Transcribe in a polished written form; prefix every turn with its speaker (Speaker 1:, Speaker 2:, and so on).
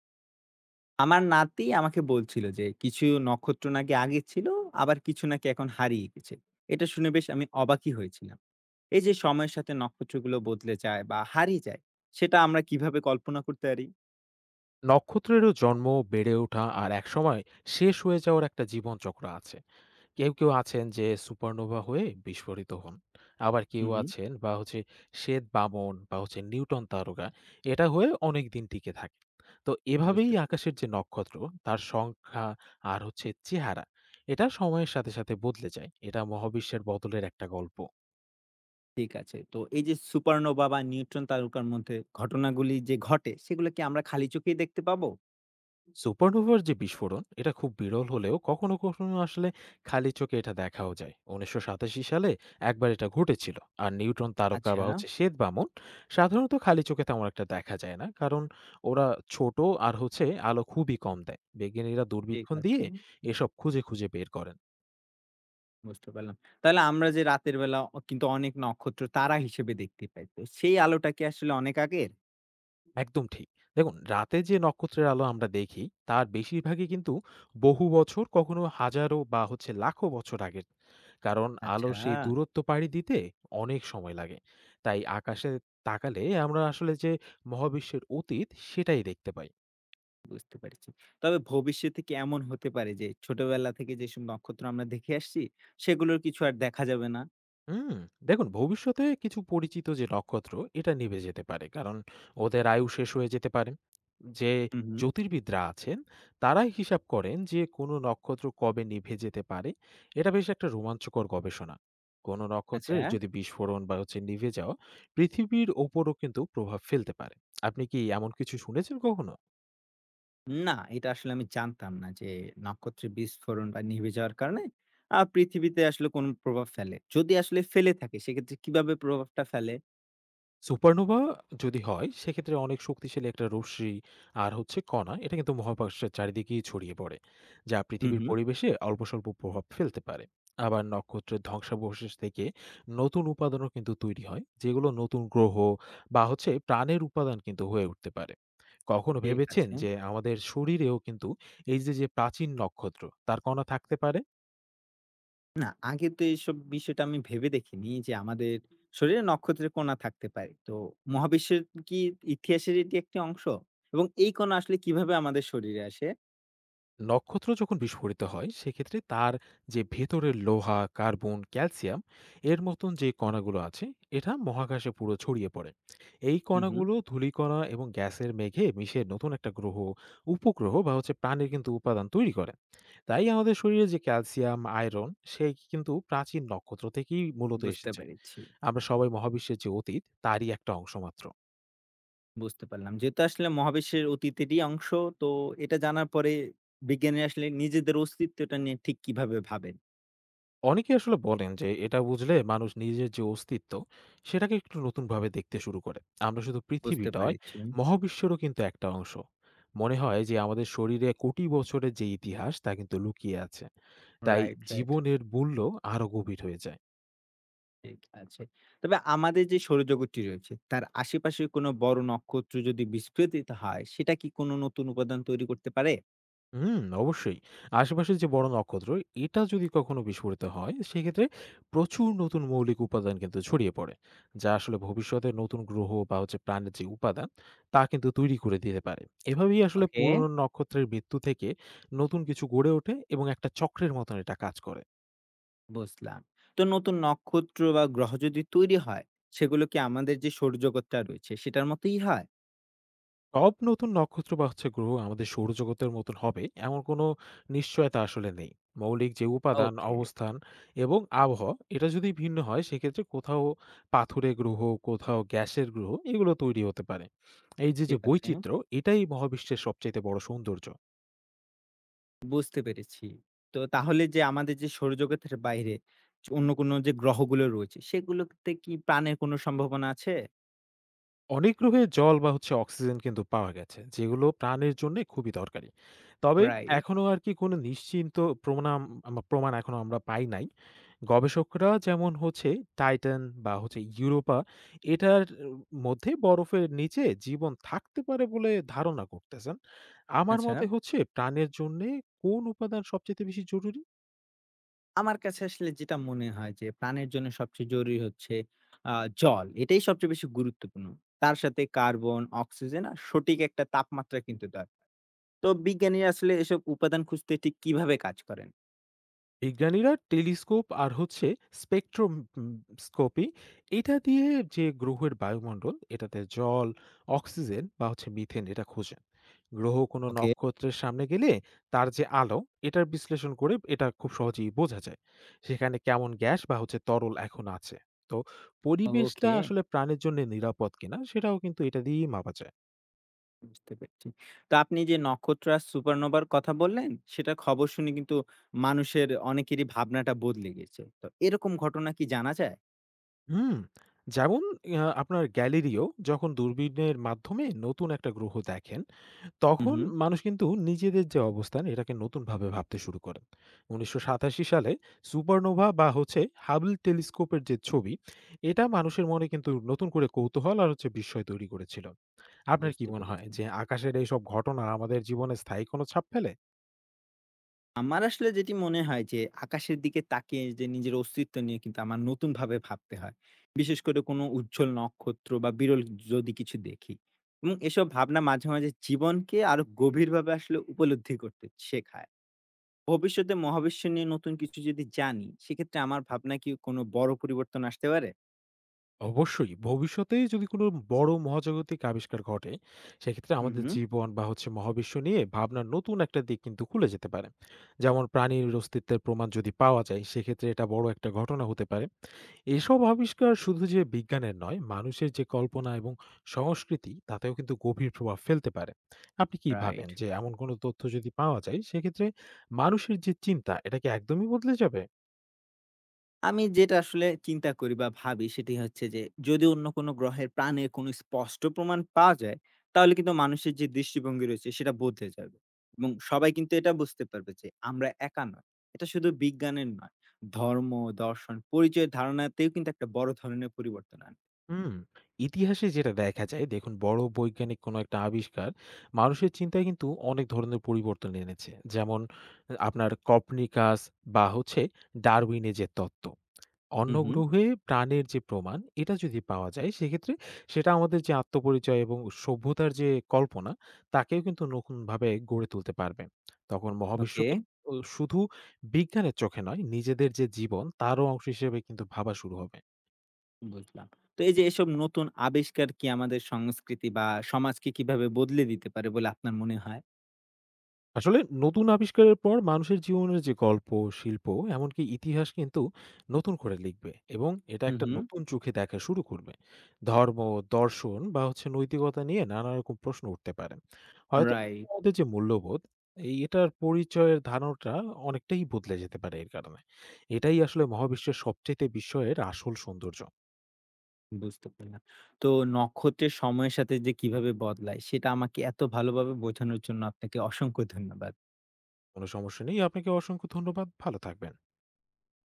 Speaker 1: আমার নাতি আমাকে বলছিল যে কিছু নক্ষত্র নাকি আগে ছিল, আবার কিছু নাকি এখন হারিয়ে গেছে। এটা শুনে বেশ আমি অবাকই হয়েছিলাম। এই যে সময়ের সাথে নক্ষত্রগুলো বদলে যায় বা হারিয়ে যায়, সেটা আমরা কিভাবে কল্পনা করতে পারি?
Speaker 2: নক্ষত্রেরও জন্ম, বেড়ে ওঠা আর একসময় শেষ হয়ে যাওয়ার একটা জীবনচক্র আছে। কেউ আছেন যে সুপারনোভা হয়ে বিস্ফোরিত হন। আবার কেউ
Speaker 1: হুম, হুম।
Speaker 2: আছেন বা হচ্ছে শ্বেত-বামন বা হচ্ছে নিউটন তারকা এটা হয়ে অনেকদিন টিকে থাকে। তো এভাবেই
Speaker 1: বুঝতে পারি।
Speaker 2: আকাশের যে নক্ষত্র তার সংখ্যা আর হচ্ছে চেহারা এটা সময়ের সাথে সাথে বদলে যায়। এটা মহাবিশ্বের বদলের একটা গল্প।
Speaker 1: ঠিক আছে, তো এই যে সুপারনোভা বা নিউট্রন তারকার মধ্যে ঘটনাগুলি যে ঘটে, সেগুলো কি আমরা খালি চোখেই দেখতে পাবো?
Speaker 2: সুপারনোভার যে বিস্ফোরণ এটা খুব বিরল হলেও কখনো কখনো আসলে খালি চোখে এটা দেখাও যায়। ১৯৮৭ সালে একবার এটা ঘটেছিল। আর নিউট্রন তারকা
Speaker 1: আচ্ছা।
Speaker 2: বা হচ্ছে শ্বেত বামন সাধারণত খালি চোখে তেমন একটা দেখা যায় না, কারণ ওরা ছোট আর হচ্ছে আলো খুবই কম দেয়। বিজ্ঞানীরা
Speaker 1: ঠিক
Speaker 2: দূরবীক্ষণ
Speaker 1: আছে,
Speaker 2: দিয়ে
Speaker 1: হুম।
Speaker 2: এসব খুঁজে খুঁজে বের করেন।
Speaker 1: বুঝতে পারলাম। তাহলে আমরা যে রাতের বেলা কিন্তু অনেক নক্ষত্র তারা হিসেবে দেখতে পাই, তো সেই আলোটা কি আসলে অনেক আগের?
Speaker 2: একদম ঠিক। দেখুন, রাতে যে নক্ষত্রের আলো আমরা দেখি, তার বেশিরভাগই কিন্তু বহু বছর, কখনো হাজারো বা লাখো বছর আগের। কারণ আলোর
Speaker 1: আচ্ছা।
Speaker 2: সেই দূরত্ব পাড়ি দিতে অনেক সময় লাগে। তাই আকাশে তাকালে আমরা আসলে যে মহাবিশ্বের অতীত, সেটাই দেখতে পাই।
Speaker 1: বুঝতে পারছি। তবে ভবিষ্যতে কি এমন হতে পারে যে ছোটবেলা থেকে যেসব নক্ষত্র আমরা দেখে আসছি, সেগুলোর কিছু আর দেখা যাবে না?
Speaker 2: হুম, দেখুন ভবিষ্যতে কিছু পরিচিত যে নক্ষত্র এটা নিভে যেতে পারে, কারণ ওদের আয়ু শেষ হয়ে যেতে পারে। যে
Speaker 1: হুম, হুম।
Speaker 2: জ্যোতির্বিদরা আছেন, তারাই হিসাব করেন যে কোনো নক্ষত্র কবে নিভে যেতে পারে। এটা বেশ একটা রোমাঞ্চকর গবেষণা। কোনো
Speaker 1: আচ্ছা,
Speaker 2: নক্ষত্রের যদি বিস্ফোরণ বা নিভে যাওয়া পৃথিবীর ওপরও কিন্তু প্রভাব ফেলতে পারে। আপনি কি এমন কিছু শুনেছেন কখনো?
Speaker 1: না, এটা আসলে আমি জানতাম না যে নক্ষত্রের বিস্ফোরণ বা নিভে যাওয়ার কারণে পৃথিবীতে আসলে কোনো প্রভাব ফেলে। যদি আসলে ফেলে থাকে, সেক্ষেত্রে কিভাবে প্রভাবটা ফেলে?
Speaker 2: সুপারনোভা যদি হয় সেক্ষেত্রে অনেক শক্তিশালী একটা রশ্মি আর কণা এটা কিন্তু মহাকাশের চারিদিকেই ছড়িয়ে পড়ে, যা
Speaker 1: হুম,
Speaker 2: পৃথিবীর
Speaker 1: হুম।
Speaker 2: পরিবেশে অল্প স্বল্প প্রভাব ফেলতে পারে। আবার নক্ষত্রের ধ্বংসাবশেষ থেকে নতুন উপাদানও কিন্তু তৈরি হয়, যেগুলো নতুন গ্রহ বা প্রাণের উপাদান কিন্তু হয়ে উঠতে পারে। কখনো
Speaker 1: ঠিক
Speaker 2: ভেবেছেন
Speaker 1: আছে।
Speaker 2: যে আমাদের শরীরেও কিন্তু এই যে যে প্রাচীন নক্ষত্র তার কণা থাকতে পারে?
Speaker 1: না, আগে তো এইসব বিষয়টা আমি ভেবে দেখিনি যে আমাদের শরীরে নক্ষত্রের কণা থাকতে পারে। তো মহাবিশ্বের কি ইতিহাসের এটি একটি অংশ? এবং এই কণা আসলে কিভাবে আমাদের শরীরে আসে?
Speaker 2: নক্ষত্র যখন বিস্ফোরিত হয় সেক্ষেত্রে তার যে ভেতরের লোহা, কার্বন, ক্যালসিয়াম এর মতন যে কণাগুলো আছে এটা মহাকাশে পুরো ছড়িয়ে পড়ে। এই
Speaker 1: হু, হু।
Speaker 2: কণাগুলো ধূলিকণা এবং গ্যাসের মেঘে মিশে নতুন একটা গ্রহ, উপগ্রহ বা প্রাণের কিন্তু উপাদান তৈরি করে। তাই আমাদের শরীরে যে ক্যালসিয়াম, আয়রন সেই কিন্তু প্রাচীন নক্ষত্র থেকেই মূলত
Speaker 1: বুঝতে
Speaker 2: এসেছে।
Speaker 1: পেরেছি।
Speaker 2: আমরা সবাই মহাবিশ্বের যে অতীত তারই একটা অংশ মাত্র।
Speaker 1: বুঝতে পারলাম। যেহেতু আসলে মহাবিশ্বের অতীতেরই অংশ, তো এটা জানার পরে বিজ্ঞানী আসলে নিজেদের অস্তিত্বটা নিয়ে ঠিক কিভাবে ভাবেন।
Speaker 2: অনেকেই আসলে বলেন যে এটা বুঝলে মানুষ নিজের যে অস্তিত্ব সেটাকে একটু নতুনভাবে দেখতে শুরু করে। আমরা শুধু পৃথিবী
Speaker 1: বুঝতে
Speaker 2: নয়,
Speaker 1: পেরেছি।
Speaker 2: মহাবিশ্বেরও কিন্তু একটা অংশ। মনে হয় যে আমাদের শরীরে কোটি বছরের যে ইতিহাস তা কিন্তু লুকিয়ে আছে। তাই
Speaker 1: রাইট, রাইট।
Speaker 2: জীবনের মূল্য আরো গভীর হয়ে যায়।
Speaker 1: ঠিক আছে। তবে আমাদের যে সৌরজগৎটি রয়েছে, তার আশেপাশে কোনো বড় নক্ষত্র যদি বিস্ফোরিত হয়, সেটা কি কোনো নতুন উপাদান তৈরি করতে পারে?
Speaker 2: হুম, অবশ্যই। আশেপাশের যে বড় নক্ষত্র, এটা যদি কখনো বিস্ফোরিত হয়, সেক্ষেত্রে প্রচুর নতুন মৌলিক উপাদান কিন্তু ছড়িয়ে পড়ে। যা আসলে ভবিষ্যতে নতুন গ্রহ বা প্রাণের যে উপাদান, তা কিন্তু তৈরি করে দিতে পারে। এভাবেই আসলে
Speaker 1: ওকে।
Speaker 2: পুরনো নক্ষত্রের মৃত্যু থেকে নতুন কিছু গড়ে ওঠে এবং একটা চক্রের মতন এটা কাজ করে।
Speaker 1: বুঝলাম। তো নতুন নক্ষত্র বা গ্রহ যদি তৈরি হয়, সেগুলো কি আমাদের যে সৌরজগৎটা রয়েছে, সেটার মতোই হয়?
Speaker 2: সব নতুন নক্ষত্র বা গ্রহ আমাদের সৌরজগতের মতন হবে এমন কোনো নিশ্চয়তা আসলে নেই। মৌলিক যে উপাদান,
Speaker 1: ওকে।
Speaker 2: অবস্থান এবং আবহাওয়া এটা যদি ভিন্ন হয় সেক্ষেত্রে কোথাও পাথুরে গ্রহ, কোথাও গ্যাসের গ্রহ এগুলো তৈরি হতে পারে। এই যে যে
Speaker 1: ঠিক আছে।
Speaker 2: বৈচিত্র্য এটাই মহাবিশ্বের সবচাইতে বড় সৌন্দর্য।
Speaker 1: বুঝতে পেরেছি। তো তাহলে যে আমাদের যে সৌরজগতের বাইরে অন্য কোনো যে গ্রহগুলো রয়েছে, সেগুলোতে কি প্রাণের কোনো সম্ভাবনা আছে?
Speaker 2: অনেক গ্রহে জল বা অক্সিজেন কিন্তু পাওয়া গেছে, যেগুলো প্রাণের জন্য খুবই দরকারি। তবে
Speaker 1: রাইট।
Speaker 2: এখনো আর কি কোনো নিশ্চিন্ত প্রমাণ, প্রমাণ এখনো আমরা পাই নাই। গবেষকরা যেমন হচ্ছে টাইটান বা ইউরোপা এটার মধ্যে বরফের নিচে জীবন থাকতে পারে বলে ধারণা করতেছেন। আমার
Speaker 1: আচ্ছা।
Speaker 2: মতে হচ্ছে প্রাণের জন্যে কোন উপাদান সবচাইতে বেশি জরুরি?
Speaker 1: আমার কাছে আসলে যেটা মনে হয় যে প্রাণের জন্য সবচেয়ে জরুরি হচ্ছে আ জল। এটাই সবচেয়ে বেশি গুরুত্বপূর্ণ। তার সাথে কার্বন, অক্সিজেন আর সঠিক একটা তাপমাত্রা কিন্তু দরকার। তো বিজ্ঞানীরা আসলে এসব উপাদান খুঁজতে ঠিক কিভাবে কাজ করেন?
Speaker 2: বিজ্ঞানীরা টেলিস্কোপ আর স্পেকট্রোম উম, স্কোপি এটা দিয়ে যে গ্রহের বায়ুমণ্ডল এটাতে জল, অক্সিজেন বা মিথেন এটা খোঁজেন। গ্রহ কোনো
Speaker 1: ওকে।
Speaker 2: নক্ষত্রের সামনে গেলে তার যে আলো এটার বিশ্লেষণ করে এটা খুব সহজেই বোঝা যায় সেখানে কেমন গ্যাস বা তরল এখন আছে। তো পরিবেশটা
Speaker 1: ওকে,
Speaker 2: আসলে প্রাণের জন্য নিরাপদ কিনা সেটাও কিন্তু এটা দিয়েই মাপা যায়।
Speaker 1: বুঝতে পেরেছি। তো আপনি যে নক্ষত্র আর সুপারনোভার কথা বললেন, সেটার খবর শুনে কিন্তু মানুষের অনেকেরই ভাবনাটা বদলে গেছে। তো এরকম ঘটনা কি জানা যায়?
Speaker 2: হুম, যেমন আপনার গ্যালিলিও যখন দূরবীনের মাধ্যমে নতুন একটা গ্রহ দেখেন,
Speaker 1: হুম,
Speaker 2: তখন
Speaker 1: হুম।
Speaker 2: মানুষ কিন্তু নিজেদের যে অবস্থান এটাকে নতুনভাবে ভাবতে শুরু করেন। ১৯৮৭ সালে সুপারনোভা বা হাবল টেলিস্কোপের যে ছবি, এটা মানুষের মনে কিন্তু নতুন করে কৌতূহল আর বিস্ময় তৈরি করেছিল। আপনার কি
Speaker 1: বুঝতে
Speaker 2: মনে হয়
Speaker 1: পেরেছি।
Speaker 2: যে আকাশের এইসব ঘটনা আমাদের জীবনে স্থায়ী কোনো ছাপ ফেলে?
Speaker 1: আমার আসলে যেটি মনে হয় যে আকাশের দিকে তাকিয়ে যে নিজের অস্তিত্ব নিয়ে কিন্তু আমার নতুন ভাবে ভাবতে হয়। বিশেষ করে কোনো উজ্জ্বল নক্ষত্র বা বিরল যদি কিছু দেখি। এবং এসব ভাবনা মাঝে মাঝে জীবনকে আরো গভীরভাবে আসলে উপলব্ধি করতে শেখায়। ভবিষ্যতে মহাবিশ্ব নিয়ে নতুন কিছু যদি জানি, সেক্ষেত্রে আমার ভাবনায় কি কোনো বড় পরিবর্তন আসতে পারে?
Speaker 2: অবশ্যই ভবিষ্যতে যদি কোনো বড় মহাজাগতিক আবিষ্কার ঘটে সেক্ষেত্রে
Speaker 1: হুম,
Speaker 2: আমাদের
Speaker 1: হুম।
Speaker 2: জীবন বা মহাবিশ্ব নিয়ে ভাবনার নতুন একটা দিক কিন্তু খুলে যেতে পারে। যেমন প্রাণীর অস্তিত্বের প্রমাণ যদি পাওয়া যায় সেক্ষেত্রে এটা বড় একটা ঘটনা হতে পারে। এসব আবিষ্কার শুধু যে বিজ্ঞানের নয়, মানুষের যে কল্পনা এবং সংস্কৃতি তাতেও কিন্তু গভীর প্রভাব ফেলতে পারে। আপনি কি ভাবেন
Speaker 1: রাইট।
Speaker 2: যে এমন কোনো তথ্য যদি পাওয়া যায় সেক্ষেত্রে মানুষের যে চিন্তা এটা কি একদমই বদলে যাবে?
Speaker 1: আমি যেটা আসলে চিন্তা করি বা ভাবি সেটি হচ্ছে যে, যদি অন্য কোনো গ্রহের প্রাণের কোনো স্পষ্ট প্রমাণ পাওয়া যায়, তাহলে কিন্তু মানুষের যে দৃষ্টিভঙ্গি রয়েছে সেটা বদলে যাবে। এবং সবাই কিন্তু এটা বুঝতে পারবে যে আমরা একা নয়। এটা শুধু বিজ্ঞানের নয়। ধর্ম, দর্শন, পরিচয়ের ধারণাতেও কিন্তু একটা বড় ধরনের পরিবর্তন আনবে।
Speaker 2: হুম, ইতিহাসে যেটা দেখা যায়, দেখুন বড় বৈজ্ঞানিক কোনো একটা আবিষ্কার মানুষের চিন্তায় কিন্তু অনেক ধরনের পরিবর্তন এনেছে, যেমন আপনার কপনিকাস বা ডারউইনের যে তত্ত্ব। অন্য
Speaker 1: হুম, হুম।
Speaker 2: গ্রহে প্রাণের যে প্রমাণ এটা যদি পাওয়া যায় সেক্ষেত্রে সেটা আমাদের যে আত্মপরিচয় এবং সভ্যতার যে কল্পনা তাকেও কিন্তু নতুনভাবে গড়ে তুলতে পারবে। তখন
Speaker 1: ওকে।
Speaker 2: মহাবিশ্বকে ও শুধু বিজ্ঞানের চোখে নয়, নিজেদের যে জীবন তারও অংশ হিসেবে কিন্তু ভাবা শুরু হবে।
Speaker 1: বুঝলাম। তো এই যে এসব নতুন আবিষ্কার কি আমাদের সংস্কৃতি বা সমাজকে কিভাবে বদলে দিতে পারে বলে আপনার মনে হয়?
Speaker 2: আসলে নতুন আবিষ্কারের পর মানুষের জীবনের যে গল্প, শিল্প, এমনকি ইতিহাস কিন্তু নতুন করে লিখবে এবং এটা
Speaker 1: হুম,
Speaker 2: একটা
Speaker 1: হুম।
Speaker 2: নতুন চোখে দেখা শুরু করবে। ধর্ম, দর্শন বা নৈতিকতা নিয়ে নানা রকম প্রশ্ন উঠতে পারে। হয়তো
Speaker 1: রাই
Speaker 2: আমাদের যে মূল্যবোধ এটার পরিচয়ের ধারণাটা অনেকটাই বদলে যেতে পারে এর কারণে। এটাই আসলে মহাবিশ্বের সবচাইতে বিস্ময়ের আসল সৌন্দর্য।
Speaker 1: বুঝতে পারলাম। তো নক্ষত্রের সময়ের সাথে যে কিভাবে বদলায় সেটা আমাকে এত ভালোভাবে বোঝানোর জন্য আপনাকে অসংখ্য ধন্যবাদ।
Speaker 2: কোনো সমস্যা নেই। আপনাকে অসংখ্য ধন্যবাদ। ভালো থাকবেন।